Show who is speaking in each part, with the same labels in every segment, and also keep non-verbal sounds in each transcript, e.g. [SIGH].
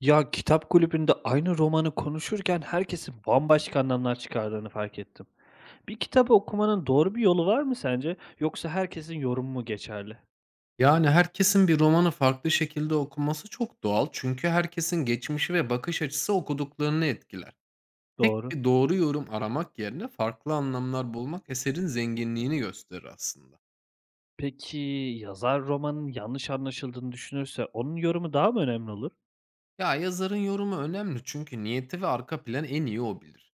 Speaker 1: Ya, kitap kulübünde aynı romanı konuşurken herkesin bambaşka anlamlar çıkardığını fark ettim. Bir kitabı okumanın doğru bir yolu var mı sence? Yoksa herkesin yorumu mu geçerli?
Speaker 2: Yani, herkesin bir romanı farklı şekilde okuması çok doğal çünkü herkesin geçmişi ve bakış açısı okuduklarını etkiler. Tek
Speaker 1: Doğru.
Speaker 2: bir doğru yorum aramak yerine farklı anlamlar bulmak eserin zenginliğini gösterir aslında.
Speaker 1: Peki, yazar romanın yanlış anlaşıldığını düşünürse onun yorumu daha mı önemli olur?
Speaker 2: Ya, yazarın yorumu önemli çünkü niyeti ve arka planı en iyi o bilir.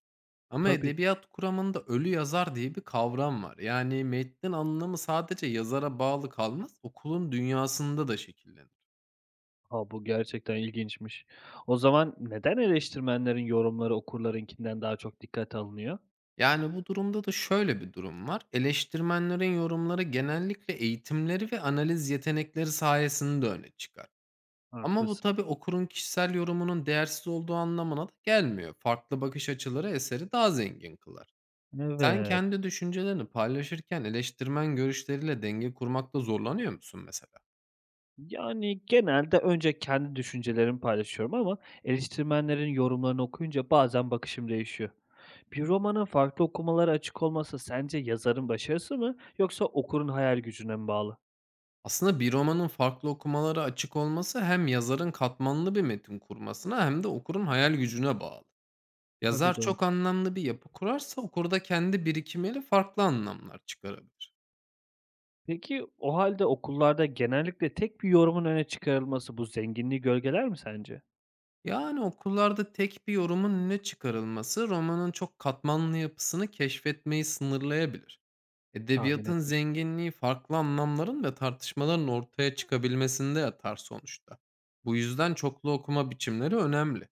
Speaker 2: Ama
Speaker 1: Tabii.
Speaker 2: edebiyat kuramında ölü yazar diye bir kavram var. Yani, metnin anlamı sadece yazara bağlı kalmaz, okulun dünyasında da şekillenir.
Speaker 1: Ha, bu gerçekten ilginçmiş. O zaman neden eleştirmenlerin yorumları okurlarınkinden daha çok dikkate alınıyor?
Speaker 2: Yani bu durumda da şöyle bir durum var. Eleştirmenlerin yorumları genellikle eğitimleri ve analiz yetenekleri sayesinde öne çıkar. Ama bu
Speaker 1: Haklısın.
Speaker 2: tabii okurun kişisel yorumunun değersiz olduğu anlamına da gelmiyor. Farklı bakış açıları eseri daha zengin kılar. Sen
Speaker 1: Evet.
Speaker 2: kendi düşüncelerini paylaşırken eleştirmen görüşleriyle denge kurmakta zorlanıyor musun mesela?
Speaker 1: Yani, genelde önce kendi düşüncelerimi paylaşıyorum ama eleştirmenlerin yorumlarını okuyunca bazen bakışım değişiyor. Bir romanın farklı okumalara açık olması sence yazarın başarısı mı yoksa okurun hayal gücüne mi bağlı?
Speaker 2: Aslında bir romanın farklı okumalara açık olması hem yazarın katmanlı bir metin kurmasına hem de okurun hayal gücüne bağlı.
Speaker 1: Tabii,
Speaker 2: Yazar
Speaker 1: doğru.
Speaker 2: çok anlamlı bir yapı kurarsa okurda kendi birikimiyle farklı anlamlar çıkarabilir.
Speaker 1: Peki, o halde okullarda genellikle tek bir yorumun öne çıkarılması bu zenginliği gölgeler mi sence?
Speaker 2: Yani okullarda tek bir yorumun önüne çıkarılması romanın çok katmanlı yapısını keşfetmeyi sınırlayabilir.
Speaker 1: Tahmin
Speaker 2: Edebiyatın
Speaker 1: etmiştim.
Speaker 2: zenginliği farklı anlamların ve tartışmaların ortaya çıkabilmesinde yatar sonuçta. Bu yüzden çoklu okuma biçimleri önemli.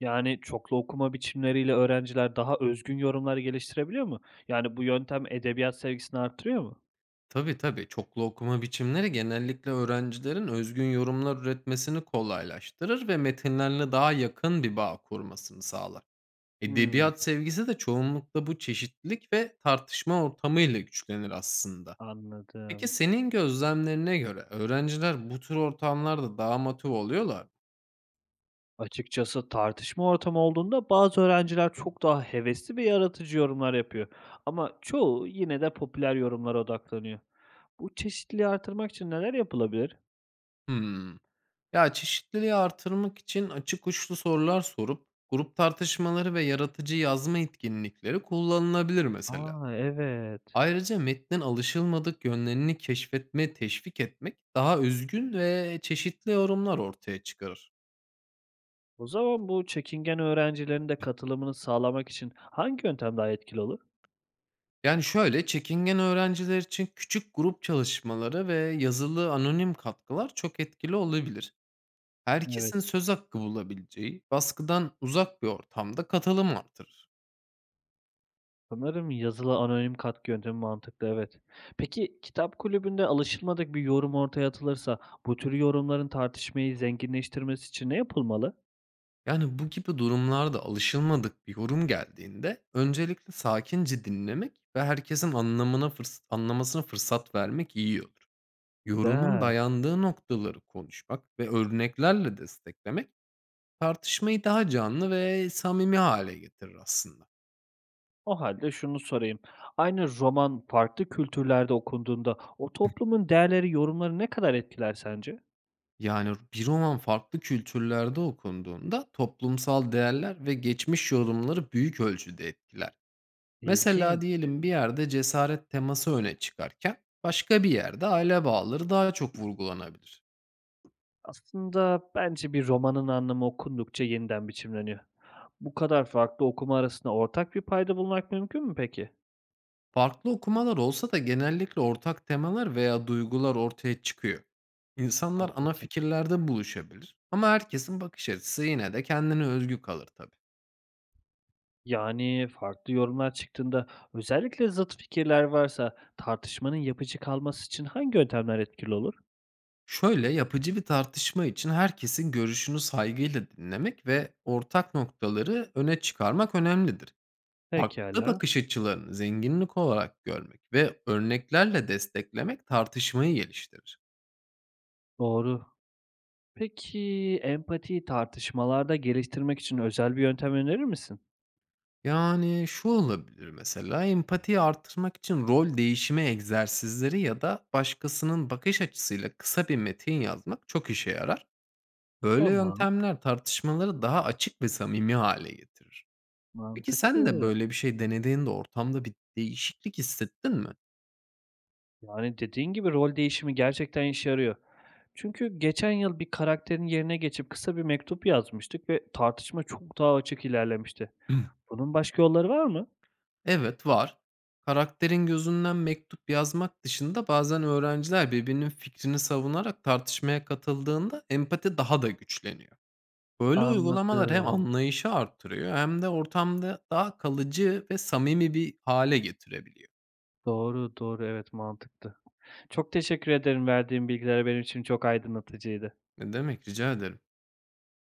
Speaker 1: Yani, çoklu okuma biçimleriyle öğrenciler daha özgün yorumlar geliştirebiliyor mu? Yani, bu yöntem edebiyat sevgisini artırıyor mu?
Speaker 2: Tabii tabii çoklu okuma biçimleri genellikle öğrencilerin özgün yorumlar üretmesini kolaylaştırır ve metinlerle daha yakın bir bağ kurmasını sağlar.
Speaker 1: Hımm,
Speaker 2: Edebiyat sevgisi de çoğunlukla bu çeşitlilik ve tartışma ortamıyla güçlenir aslında. Peki
Speaker 1: anladım.
Speaker 2: senin gözlemlerine göre öğrenciler bu tür ortamlarda daha motive oluyorlar mı?
Speaker 1: Açıkçası, tartışma ortamı olduğunda bazı öğrenciler çok daha hevesli ve yaratıcı yorumlar yapıyor. Ama çoğu yine de popüler yorumlara odaklanıyor. Bu çeşitliliği artırmak için neler yapılabilir?
Speaker 2: Hımm. Ya, çeşitliliği artırmak için açık uçlu sorular sorup grup tartışmaları ve yaratıcı yazma etkinlikleri kullanılabilir mesela.
Speaker 1: Aa, evet.
Speaker 2: Ayrıca metnin alışılmadık yönlerini keşfetmeye teşvik etmek daha özgün ve çeşitli yorumlar ortaya çıkarır.
Speaker 1: O zaman bu çekingen öğrencilerin de katılımını sağlamak için hangi yöntem daha etkili olur?
Speaker 2: Yani, şöyle, çekingen öğrenciler için küçük grup çalışmaları ve yazılı anonim katkılar çok etkili olabilir.
Speaker 1: Evet.
Speaker 2: Herkesin söz hakkı bulabileceği, baskıdan uzak bir ortamda katılım artırır.
Speaker 1: Sanırım yazılı anonim katkı yöntemi mantıklı, evet. Peki, kitap kulübünde alışılmadık bir yorum ortaya atılırsa bu tür yorumların tartışmayı zenginleştirmesi için ne yapılmalı?
Speaker 2: Yani, bu gibi durumlarda alışılmadık bir yorum geldiğinde öncelikle sakince dinlemek ve herkesin anlamına fırs anlamasına fırsat vermek iyi olur. Yorumun
Speaker 1: Güzel.
Speaker 2: dayandığı noktaları konuşmak ve örneklerle desteklemek tartışmayı daha canlı ve samimi hale getirir aslında.
Speaker 1: O halde şunu sorayım. Aynı roman farklı kültürlerde okunduğunda o toplumun değerleri, yorumları ne kadar etkiler sence?
Speaker 2: Yani bir roman farklı kültürlerde okunduğunda toplumsal değerler ve geçmiş yorumları büyük ölçüde etkiler.
Speaker 1: İlginç.
Speaker 2: Mesela diyelim bir yerde cesaret teması öne çıkarken başka bir yerde aile bağları daha çok vurgulanabilir.
Speaker 1: Aslında bence bir romanın anlamı okundukça yeniden biçimleniyor. Bu kadar farklı okuma arasında ortak bir payda bulmak mümkün mü peki?
Speaker 2: Farklı okumalar olsa da genellikle ortak temalar veya duygular ortaya çıkıyor. İnsanlar ana
Speaker 1: Haklısın.
Speaker 2: fikirlerde buluşabilir ama herkesin bakış açısı yine de kendine özgü kalır tabii.
Speaker 1: Yani, farklı yorumlar çıktığında özellikle zıt fikirler varsa tartışmanın yapıcı kalması için hangi yöntemler etkili olur?
Speaker 2: Şöyle, yapıcı bir tartışma için herkesin görüşünü saygıyla dinlemek ve ortak noktaları öne çıkarmak önemlidir. Farklı
Speaker 1: Pekala.
Speaker 2: bakış açılarını zenginlik olarak görmek ve örneklerle desteklemek tartışmayı geliştirir.
Speaker 1: Doğru. Peki, empatiyi tartışmalarda geliştirmek için özel bir yöntem önerir misin?
Speaker 2: Yani şu olabilir mesela, empatiyi artırmak için rol değişimi egzersizleri ya da başkasının bakış açısıyla kısa bir metin yazmak çok işe yarar. Böyle
Speaker 1: Tamam,
Speaker 2: yöntemler tartışmaları daha açık ve samimi hale getirir. Peki sen
Speaker 1: mantıklı.
Speaker 2: de böyle bir şey denediğinde ortamda bir değişiklik hissettin mi?
Speaker 1: Yani, dediğin gibi rol değişimi gerçekten işe yarıyor. Çünkü geçen yıl bir karakterin yerine geçip kısa bir mektup yazmıştık ve tartışma çok daha açık ilerlemişti.
Speaker 2: [CLEARS THROAT]
Speaker 1: Bunun başka yolları var mı?
Speaker 2: Evet, var. Karakterin gözünden mektup yazmak dışında bazen öğrenciler birbirinin fikrini savunarak tartışmaya katıldığında empati daha da güçleniyor. Böyle uygulamalar hem
Speaker 1: Anladım.
Speaker 2: anlayışı artırıyor hem de ortamda daha kalıcı ve samimi bir hale getirebiliyor.
Speaker 1: Doğru, doğru. Evet, mantıklı. Çok teşekkür ederim. Verdiğin bilgiler benim için çok aydınlatıcıydı.
Speaker 2: Ne demek, rica ederim.